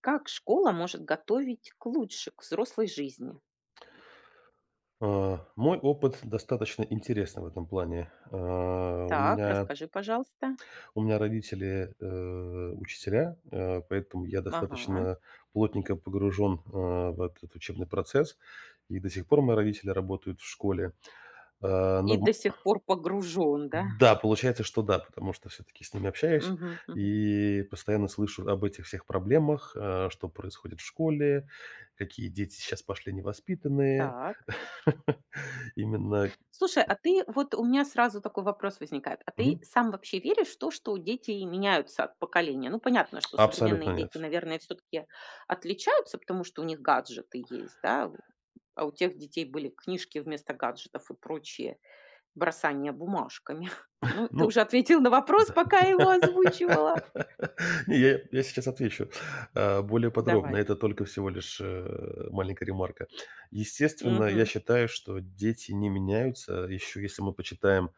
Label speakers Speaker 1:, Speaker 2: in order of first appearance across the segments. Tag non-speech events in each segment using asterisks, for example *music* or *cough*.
Speaker 1: Как школа может готовить к взрослой жизни?
Speaker 2: Мой опыт достаточно интересный в этом плане. А, у
Speaker 1: Так,
Speaker 2: меня
Speaker 1: расскажи, пожалуйста.
Speaker 2: у меня родители, учителя, поэтому я
Speaker 1: Ага.
Speaker 2: достаточно плотненько погружен, в этот учебный процесс. И до сих пор мои родители работают в школе. А,
Speaker 1: И
Speaker 2: но в
Speaker 1: до сих пор погружен, да?
Speaker 2: Да, получается, что да, потому что все-таки с ними общаюсь
Speaker 1: Мгм, мгм.
Speaker 2: и постоянно слышу об этих всех проблемах, что происходит в школе, какие дети сейчас пошли невоспитанные.
Speaker 1: Так.
Speaker 2: *laughs* Именно
Speaker 1: Слушай, а ты вот у меня сразу такой вопрос возникает. А ты сам вообще веришь в то, что дети меняются от поколения? Ну, понятно, что современные
Speaker 2: Абсолютно нет.
Speaker 1: дети, наверное, все-таки отличаются, потому что у них гаджеты есть, да? А у тех детей были книжки вместо гаджетов и прочие. Бросание бумажками. *laughs* Ну, ты
Speaker 2: Ну,
Speaker 1: уже ответил на вопрос, пока я его
Speaker 2: *laughs*
Speaker 1: озвучивала.
Speaker 2: не, я сейчас отвечу, более подробно.
Speaker 1: Давай.
Speaker 2: Это только всего лишь, маленькая ремарка. Естественно, я
Speaker 1: Мгм.
Speaker 2: считаю, что дети не меняются. Еще если мы почитаем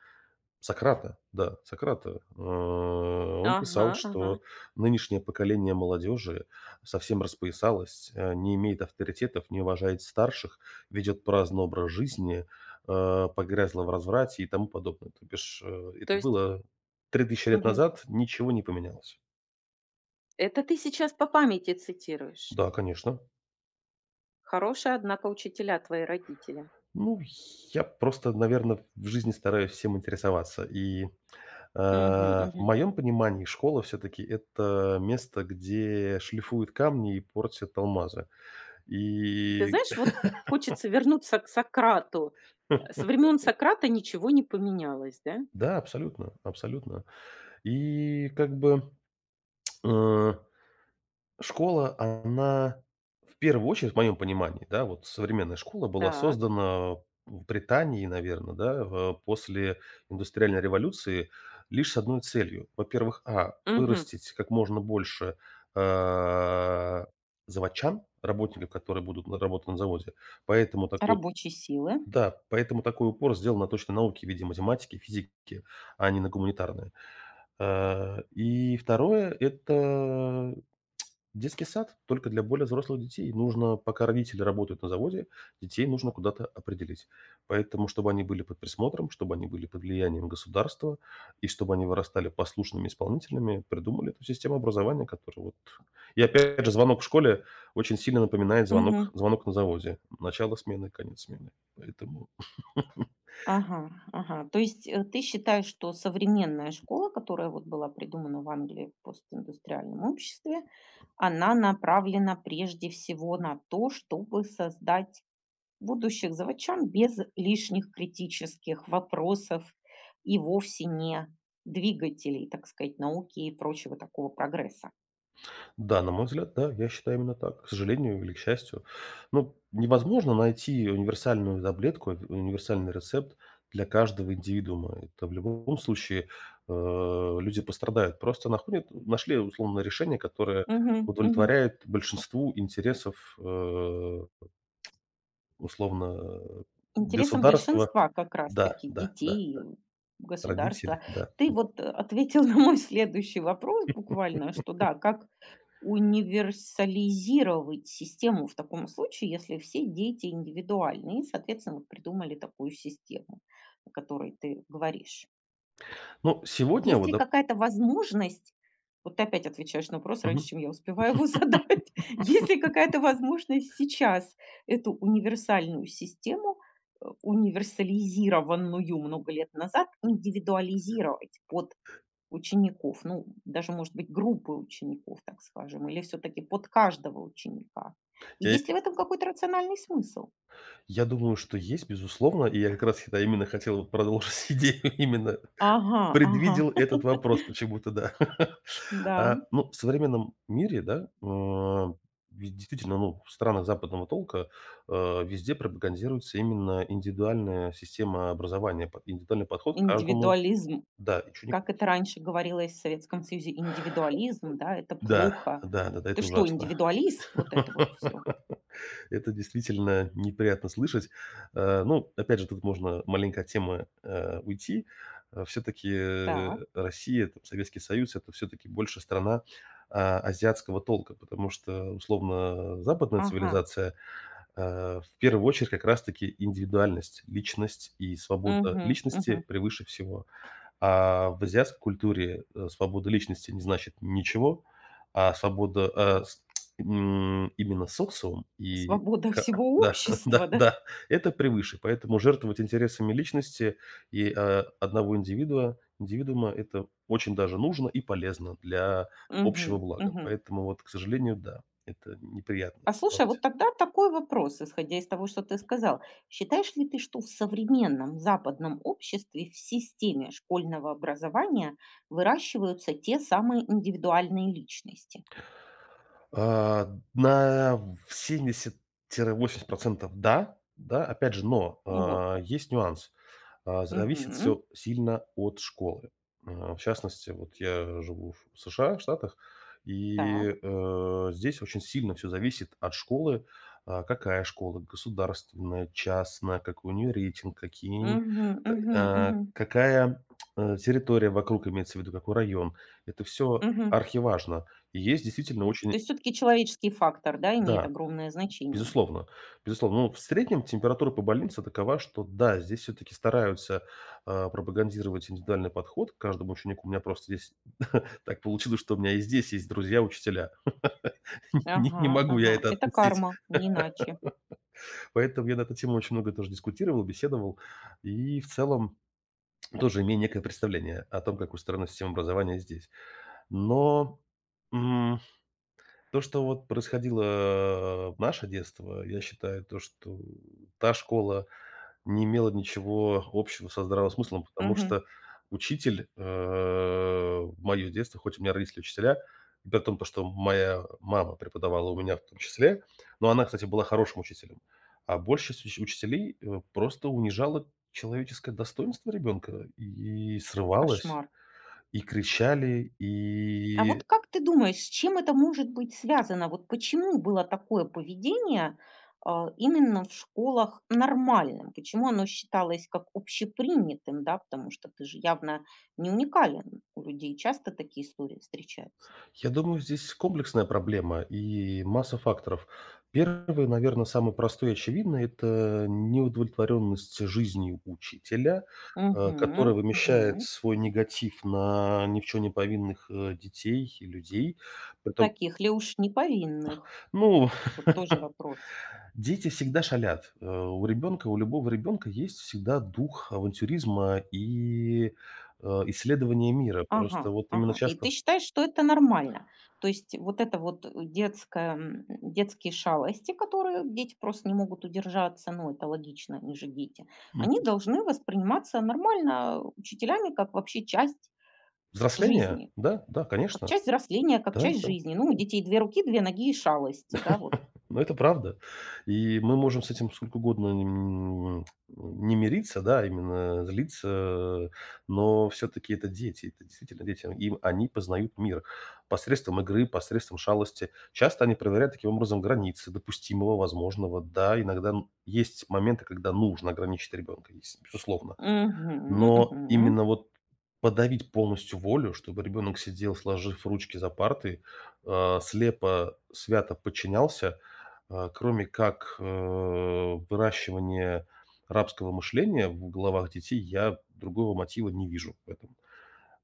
Speaker 2: Сократа, да, Сократа. Он
Speaker 1: Ага,
Speaker 2: писал,
Speaker 1: ага.
Speaker 2: что нынешнее поколение молодежи совсем распоясалось, не имеет авторитетов, не уважает старших, ведет праздный образ жизни, погрязла в разврате и тому подобное. То бишь,
Speaker 1: То
Speaker 2: это
Speaker 1: есть,
Speaker 2: было 3000 лет
Speaker 1: мгм.
Speaker 2: назад, ничего не поменялось.
Speaker 1: Это ты сейчас по памяти цитируешь.
Speaker 2: Да, конечно.
Speaker 1: Хорошие, однако, учителя твои родители.
Speaker 2: Ну, я просто, наверное, в жизни стараюсь всем интересоваться.
Speaker 1: Мгм,
Speaker 2: В
Speaker 1: мгм.
Speaker 2: моем понимании школа все-таки это место, где шлифуют камни и портят алмазы.
Speaker 1: Ты
Speaker 2: И
Speaker 1: знаешь, вот хочется вернуться к Сократу. Со
Speaker 2: *laughs*
Speaker 1: времен Сократа ничего не поменялось, да?
Speaker 2: да, абсолютно, абсолютно. И как бы, э Школа, она в первую очередь, в моем понимании, да, вот современная школа была
Speaker 1: Так.
Speaker 2: создана в Британии, наверное, да, в после индустриальной революции лишь с одной целью. Во-первых,
Speaker 1: Мгм.
Speaker 2: вырастить как можно больше, а, заводчан, работников, которые будут на работать на заводе. Поэтому такой
Speaker 1: Рабочей силы.
Speaker 2: Да, поэтому такой упор сделан на точные науки в виде математики, физики, а не на гуманитарные. И второе — это детский сад, только для более взрослых детей. Нужно, пока родители работают на заводе, детей нужно куда-то определить. Поэтому, чтобы они были под присмотром, чтобы они были под влиянием государства и чтобы они вырастали послушными исполнителями, придумали эту систему образования. Которая вот И опять же, звонок в школе очень сильно напоминает звонок
Speaker 1: Мгм.
Speaker 2: звонок на заводе. Начало смены, конец смены. Поэтому *laughs*
Speaker 1: Ага, ага. То есть, ты считаешь, что современная школа, которая вот была придумана в Англии в постиндустриальном обществе, она направлена прежде всего на то, чтобы создать будущих заводчан без лишних критических вопросов и вовсе не двигателей, так сказать, науки и прочего такого прогресса.
Speaker 2: Да, на мой взгляд, да, я считаю именно так. К сожалению или к счастью. Ну, невозможно найти универсальную таблетку, универсальный рецепт для каждого индивидуума. Это в любом случае, люди пострадают. Просто находят нашли условно решение, которое
Speaker 1: Мгм, мгм.
Speaker 2: удовлетворяет большинству интересов, условно,
Speaker 1: Интересам
Speaker 2: государства.
Speaker 1: большинства как
Speaker 2: Да,
Speaker 1: раз-таки
Speaker 2: да, да,
Speaker 1: детей,
Speaker 2: родители,
Speaker 1: государства.
Speaker 2: да,
Speaker 1: Ты
Speaker 2: да.
Speaker 1: вот, ответил *laughs* на мой следующий вопрос буквально, что да, как универсализировать систему в таком случае, если все дети индивидуальные, и, соответственно, вот придумали такую систему, о которой ты говоришь?
Speaker 2: Ну, сегодня
Speaker 1: Есть
Speaker 2: вот,
Speaker 1: ли
Speaker 2: доп
Speaker 1: какая-то возможность, вот ты опять отвечаешь на вопрос раньше,
Speaker 2: мгм.
Speaker 1: чем я успеваю его *laughs* задать, есть ли какая-то возможность сейчас эту универсальную систему, универсализированную много лет назад, индивидуализировать под учеников, ну, даже, может быть, группы учеников, так скажем, или все-таки под каждого ученика? И
Speaker 2: Э
Speaker 1: есть ли в этом какой-то рациональный смысл?
Speaker 2: Я думаю, что есть, безусловно. И я как раз, да, именно хотел вот продолжить *laughs* идею, именно
Speaker 1: Ага,
Speaker 2: предвидел
Speaker 1: ага,
Speaker 2: этот
Speaker 1: *laughs*
Speaker 2: вопрос почему-то, да. *laughs*
Speaker 1: да,
Speaker 2: Ну, в современном мире, да, ведь действительно, ну, в странах западного толка, везде пропагандируется именно индивидуальная система образования, под индивидуальный подход к каждому,
Speaker 1: индивидуализм.
Speaker 2: да, ученику.
Speaker 1: Как это раньше говорилось в Советском Союзе, индивидуализм, да, это
Speaker 2: Да,
Speaker 1: плохо.
Speaker 2: да-да-да,
Speaker 1: Ты
Speaker 2: это
Speaker 1: что,
Speaker 2: ужасно.
Speaker 1: индивидуалист? Вот
Speaker 2: *laughs*
Speaker 1: это вот все.
Speaker 2: Это действительно неприятно слышать. Ну, опять же, тут можно маленько от темы, уйти. Все-таки,
Speaker 1: Так,
Speaker 2: Россия, там, Советский Союз — это все-таки больше страна, азиатского толка, потому что, условно, западная
Speaker 1: ага,
Speaker 2: цивилизация, в первую очередь как раз таки индивидуальность, личность и свобода
Speaker 1: мгм,
Speaker 2: личности
Speaker 1: мгм.
Speaker 2: превыше всего. А в азиатской культуре, свобода личности не значит ничего, а свобода, а, с м, именно социум и
Speaker 1: Свобода
Speaker 2: ка
Speaker 1: всего
Speaker 2: да, *laughs* да,
Speaker 1: общества, да?
Speaker 2: да, это превыше. Поэтому жертвовать интересами личности и, одного индивидуа индивидуума — это очень даже нужно и полезно для общего
Speaker 1: Мгм,
Speaker 2: блага.
Speaker 1: мгм.
Speaker 2: Поэтому вот, к сожалению, да, это неприятно
Speaker 1: А слушай, а
Speaker 2: осознавать.
Speaker 1: вот тогда такой вопрос, исходя из того, что ты сказал. Считаешь ли ты, что в современном западном обществе в системе школьного образования выращиваются те самые индивидуальные личности?
Speaker 2: На 70-80%, да, да. Опять же, но,
Speaker 1: Вот как.
Speaker 2: есть нюанс. Зависит
Speaker 1: Мгм.
Speaker 2: все сильно от школы. В частности, вот я живу в США, в Штатах,
Speaker 1: Так.
Speaker 2: и, здесь очень сильно все зависит от школы. Какая школа: государственная, частная, какой у неё рейтинг, какие
Speaker 1: Мгм,
Speaker 2: к
Speaker 1: мгм,
Speaker 2: а,
Speaker 1: мгм.
Speaker 2: какая, территория вокруг, имеется в виду какой район. Это все
Speaker 1: Мгм.
Speaker 2: архиважно. И есть действительно очень
Speaker 1: То есть все таки человеческий фактор, да, имеет
Speaker 2: Да,
Speaker 1: огромное значение?
Speaker 2: безусловно. Безусловно. Ну, в среднем температура по больнице такова, что да, здесь все-таки стараются пропагандировать индивидуальный подход к каждому ученику. У меня просто здесь *laughs* так получилось, что у меня и здесь есть друзья-учителя. *laughs* Не,
Speaker 1: Ага,
Speaker 2: не могу я
Speaker 1: ага.
Speaker 2: это
Speaker 1: Это
Speaker 2: отпустить.
Speaker 1: карма, не иначе.
Speaker 2: Поэтому я на эту тему очень много тоже дискутировал, беседовал. И в целом тоже имею некое представление о том, как устроена система образования здесь. Но м, то, что вот происходило в наше детство, я считаю, то, что та школа, не имело ничего общего со здравым смыслом, потому
Speaker 1: Мгм.
Speaker 2: что учитель, в моё детство, хоть у меня родители учителя, и при том, то, что моя мама преподавала у меня в том числе, но она, кстати, была хорошим учителем, а большая часть уч учителей, просто унижала человеческое достоинство ребенка и срывалась,
Speaker 1: Кошмар.
Speaker 2: и кричали,
Speaker 1: А
Speaker 2: и.
Speaker 1: вот как ты думаешь, с чем это может быть связано? Вот почему было такое поведение, именно в школах нормальным? Почему оно считалось как общепринятым, да? Потому что ты же явно не уникален. У людей часто такие истории встречаются.
Speaker 2: Я думаю, здесь комплексная проблема и масса факторов. Первый, наверное, самый простой и очевидный — это неудовлетворенность жизнью учителя, который
Speaker 1: Мгм, мгм.
Speaker 2: вымещает свой негатив на ни в чём не повинных, детей и людей. Притом,
Speaker 1: Таких ли уж неповинных?
Speaker 2: ну,
Speaker 1: Вот тоже
Speaker 2: *laughs*
Speaker 1: вопрос.
Speaker 2: дети всегда шалят. У ребенка, у любого ребенка есть всегда дух авантюризма и, исследования мира. Просто
Speaker 1: Ага,
Speaker 2: вот именно
Speaker 1: ага. И
Speaker 2: часто.
Speaker 1: ты считаешь, что это нормально? То есть вот это вот детские шалости, которые дети просто не могут удержаться, ну это логично, они же дети,
Speaker 2: М.
Speaker 1: они должны восприниматься нормально учителями как вообще часть
Speaker 2: Взросление?
Speaker 1: жизни,
Speaker 2: Да, да,
Speaker 1: как
Speaker 2: конечно.
Speaker 1: часть взросления, как
Speaker 2: Да,
Speaker 1: часть
Speaker 2: да,
Speaker 1: жизни. Ну, у
Speaker 2: да.
Speaker 1: детей две руки, две ноги и шалости, да, вот.
Speaker 2: Ну, это правда. И мы можем с этим сколько угодно н не мириться, да, именно злиться, но все-таки это дети, это действительно дети. Им Они познают мир посредством игры, посредством шалости. Часто они проверяют таким образом границы допустимого, возможного. Да, иногда н есть моменты, когда нужно ограничить ребенка, безусловно.
Speaker 1: Мгм,
Speaker 2: Но
Speaker 1: мгм.
Speaker 2: именно вот подавить полностью волю, чтобы ребенок сидел, сложив ручки за партой, слепо, свято подчинялся, кроме как, выращивание рабского мышления в головах детей, я другого мотива не вижу в этом.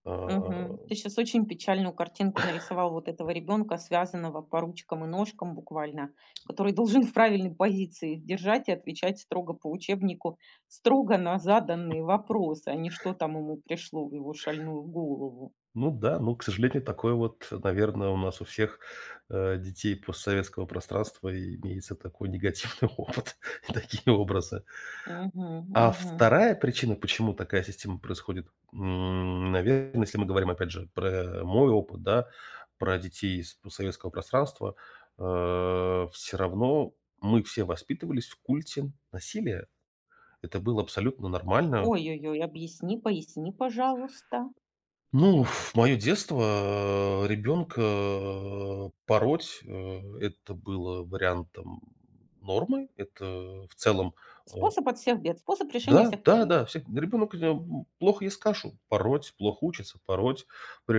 Speaker 2: А,
Speaker 1: Мгм. Ты сейчас очень печальную картинку нарисовал вот этого ребенка, связанного по ручкам и ножкам буквально, который должен в правильной позиции их держать и отвечать строго по учебнику, строго на заданные вопросы, а не что там ему пришло в его шальную голову.
Speaker 2: ну да, ну, к сожалению, такое вот, наверное, у нас у всех, детей постсоветского пространства имеется такой негативный *laughs* опыт и такие образы.
Speaker 1: Мгм,
Speaker 2: А
Speaker 1: мгм.
Speaker 2: вторая причина, почему такая система происходит, наверное, если мы говорим, опять же, про мой опыт, да, про детей из постсоветского пространства, все равно мы все воспитывались в культе насилия. Это было абсолютно нормально.
Speaker 1: Ой-ой-ой, объясни, поясни, пожалуйста.
Speaker 2: Ну, в мое детство, ребенка пороть, это было вариантом нормы. Это в целом, э
Speaker 1: Способ от всех бед, способ решения
Speaker 2: да,
Speaker 1: всех
Speaker 2: да,
Speaker 1: проблем.
Speaker 2: да, всех ребенок, плохо ест кашу — пороть, плохо учится — пороть,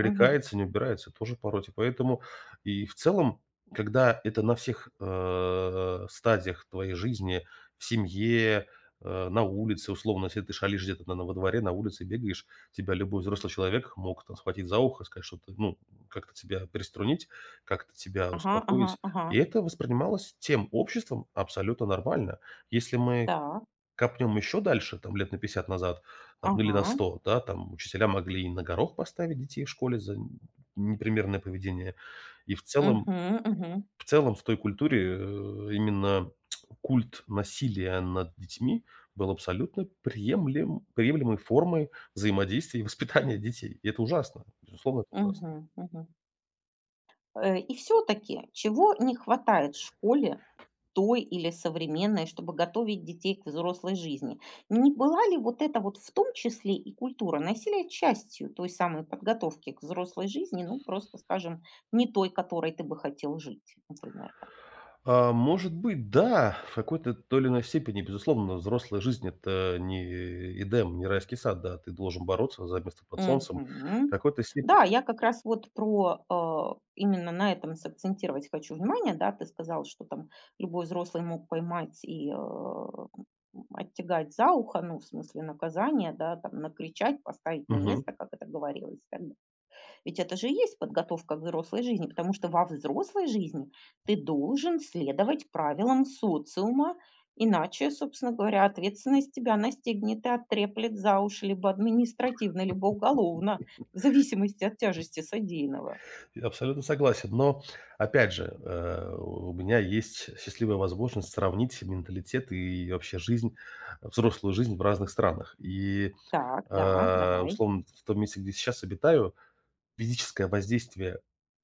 Speaker 1: Мгм.
Speaker 2: не убирается — тоже пороть. И поэтому и в целом, когда это на всех, стадиях твоей жизни, в семье, на улице, условно, если ты шалишь где-то, на во дворе, на улице бегаешь, тебя любой взрослый человек мог там схватить за ухо, сказать что-то, ну, как-то тебя переструнить, как-то тебя
Speaker 1: Ага, ага,
Speaker 2: успокоить.
Speaker 1: ага.
Speaker 2: И это воспринималось тем обществом абсолютно нормально. Если мы
Speaker 1: Так,
Speaker 2: копнем еще дальше, там лет на 50 назад, там, ну или на
Speaker 1: ага.
Speaker 2: 100, да, там учителя могли и на горох поставить детей в школе за непримерное поведение. И в целом,
Speaker 1: Угу, угу,
Speaker 2: в целом в той культуре именно культ насилия над детьми был абсолютно приемлемой формой взаимодействия и воспитания детей. И это ужасно. Безусловно, это ужасно.
Speaker 1: угу, мгм. И все таки чего не хватает школе, той или современной, чтобы готовить детей к взрослой жизни? Не была ли вот эта вот, в том числе и культура насилия, частью той самой подготовки к взрослой жизни, ну, просто, скажем, не той, которой ты бы хотел жить, например, да?
Speaker 2: Может быть, да, в какой-то той или иной степени, безусловно, взрослая жизнь — это не Эдем, не райский сад, да, ты должен бороться за место под солнцем. В
Speaker 1: Мгм.
Speaker 2: какой-то степени.
Speaker 1: Да, я как раз вот именно на этом сакцентировать хочу внимание. Да, ты сказал, что там любой взрослый мог поймать и, оттягать за ухо, ну, в смысле наказание, да, там накричать, поставить на
Speaker 2: Мгм.
Speaker 1: место, как это говорилось, и так ведь это же и есть подготовка к взрослой жизни, потому что во взрослой жизни ты должен следовать правилам социума, иначе, собственно говоря, ответственность тебя настигнет и оттреплет за уши либо административно, либо уголовно, в зависимости от тяжести содеянного.
Speaker 2: Я абсолютно согласен. Но, опять же, у меня есть счастливая возможность сравнить менталитет и вообще жизнь, взрослую жизнь в разных странах. И,
Speaker 1: Так, да, давай.
Speaker 2: условно, в том месте, где сейчас обитаю, физическое воздействие,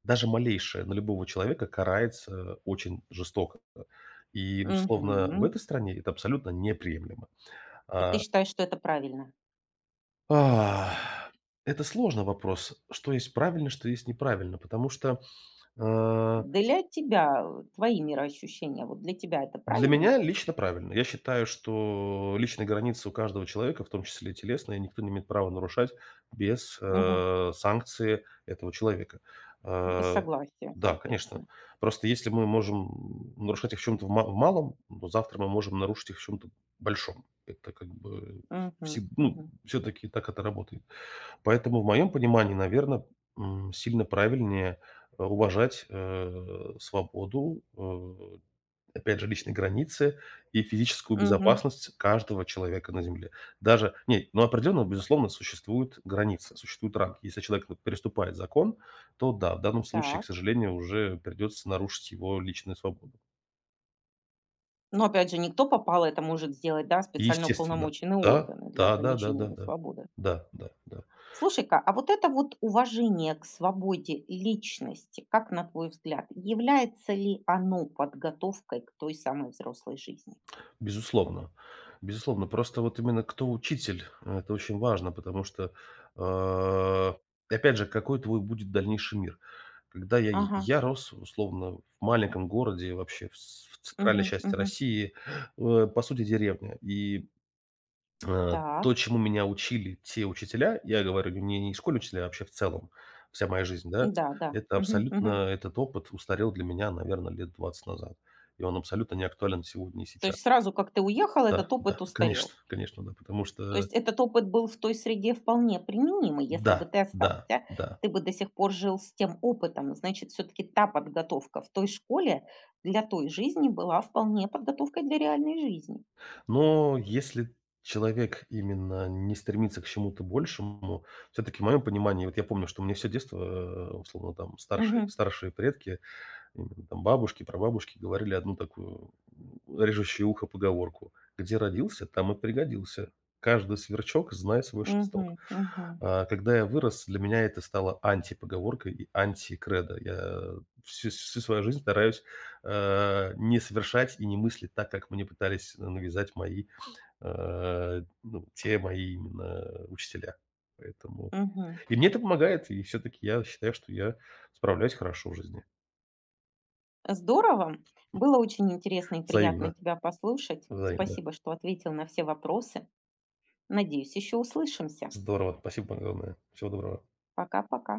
Speaker 2: даже малейшее, на любого человека карается очень жестоко. И, условно,
Speaker 1: Мгм.
Speaker 2: в этой стране это абсолютно неприемлемо.
Speaker 1: И ты
Speaker 2: А,
Speaker 1: считаешь, что это правильно?
Speaker 2: а, это сложный вопрос, что есть правильно, что есть неправильно, потому что, а
Speaker 1: Для тебя, твои мироощущения, вот для тебя это
Speaker 2: для
Speaker 1: правильно?
Speaker 2: меня лично правильно. Я считаю, что личные границы у каждого человека, в том числе и телесные, никто не имеет права нарушать без,
Speaker 1: Мгм.
Speaker 2: санкции этого человека.
Speaker 1: Без
Speaker 2: Э,
Speaker 1: согласия,
Speaker 2: да, конечно.
Speaker 1: соответственно.
Speaker 2: Просто если мы можем нарушать их в чём-то в малом, то завтра мы можем нарушить их в чём-то большом. Это как бы
Speaker 1: Мгм,
Speaker 2: все, ну,
Speaker 1: мгм,
Speaker 2: всё-таки так это работает. Поэтому в моем понимании, наверное, сильно правильнее, уважать, свободу, опять же, личные границы и физическую
Speaker 1: мгм.
Speaker 2: безопасность каждого человека на Земле. Даже, не, ну, определенно, безусловно, существуют границы, существуют рамки. Если человек ну, переступает закон, то да, в данном случае, к
Speaker 1: Так.
Speaker 2: сожалению, уже придется нарушить его личную свободу.
Speaker 1: Но опять же, никто попало это может сделать, да, специально
Speaker 2: Естественно.
Speaker 1: уполномоченные
Speaker 2: Да,
Speaker 1: органы для
Speaker 2: да, да, да,
Speaker 1: ограничения
Speaker 2: да,
Speaker 1: его
Speaker 2: да,
Speaker 1: свободы.
Speaker 2: да, да, да.
Speaker 1: Слушай-ка, а вот это вот уважение к свободе личности, как на твой взгляд, является ли оно подготовкой к той самой взрослой жизни?
Speaker 2: Безусловно. Безусловно. Просто вот именно кто учитель — это очень важно, потому что, а, опять же, какой твой будет дальнейший мир? Когда я
Speaker 1: Ага,
Speaker 2: я рос, условно, в маленьком городе, вообще в центральной
Speaker 1: мгм,
Speaker 2: части
Speaker 1: мгм.
Speaker 2: России, по сути, деревня. И, то,
Speaker 1: Так,
Speaker 2: чему меня учили те учителя, я говорю не школьные учителя, а вообще в целом, вся моя жизнь, да,
Speaker 1: да, да.
Speaker 2: это
Speaker 1: Мгм, мгм.
Speaker 2: абсолютно этот опыт устарел для меня, наверное, лет 20 назад. И он абсолютно не актуален сегодня и
Speaker 1: То
Speaker 2: сейчас.
Speaker 1: есть сразу, как ты уехал,
Speaker 2: Да,
Speaker 1: этот
Speaker 2: да,
Speaker 1: опыт
Speaker 2: конечно,
Speaker 1: устарел.
Speaker 2: конечно, да, потому
Speaker 1: То
Speaker 2: что
Speaker 1: есть этот опыт был в той среде вполне применимый. Если бы
Speaker 2: да,
Speaker 1: ты
Speaker 2: да,
Speaker 1: остался,
Speaker 2: да.
Speaker 1: ты бы до сих пор жил с тем опытом. Значит, все-таки та подготовка в той школе для той жизни была вполне подготовкой для реальной жизни.
Speaker 2: Но если человек именно не стремится к чему-то большему, все-таки в моем понимании, вот я помню, что мне все детство, условно, там старшие,
Speaker 1: Мгм.
Speaker 2: старшие предки, именно там бабушки, прабабушки говорили одну такую режущую ухо поговорку. Где родился, там и пригодился. Каждый сверчок знает свой
Speaker 1: Мгм.
Speaker 2: шесток.
Speaker 1: Мгм.
Speaker 2: Когда я вырос, для меня это стало антипоговоркой и антикредо. Я всю свою жизнь стараюсь, не совершать и не мыслить так, как мне пытались навязать мои, ну, те мои именно учителя. Поэтому
Speaker 1: Мгм.
Speaker 2: и мне это помогает, и все таки я считаю, что я справляюсь хорошо в жизни.
Speaker 1: Здорово. Было очень интересно и
Speaker 2: Взаимно,
Speaker 1: приятно тебя послушать.
Speaker 2: взаимно.
Speaker 1: Спасибо, что ответил на все вопросы. Надеюсь, еще услышимся.
Speaker 2: Здорово. Спасибо огромное. Всего доброго.
Speaker 1: Пока-пока.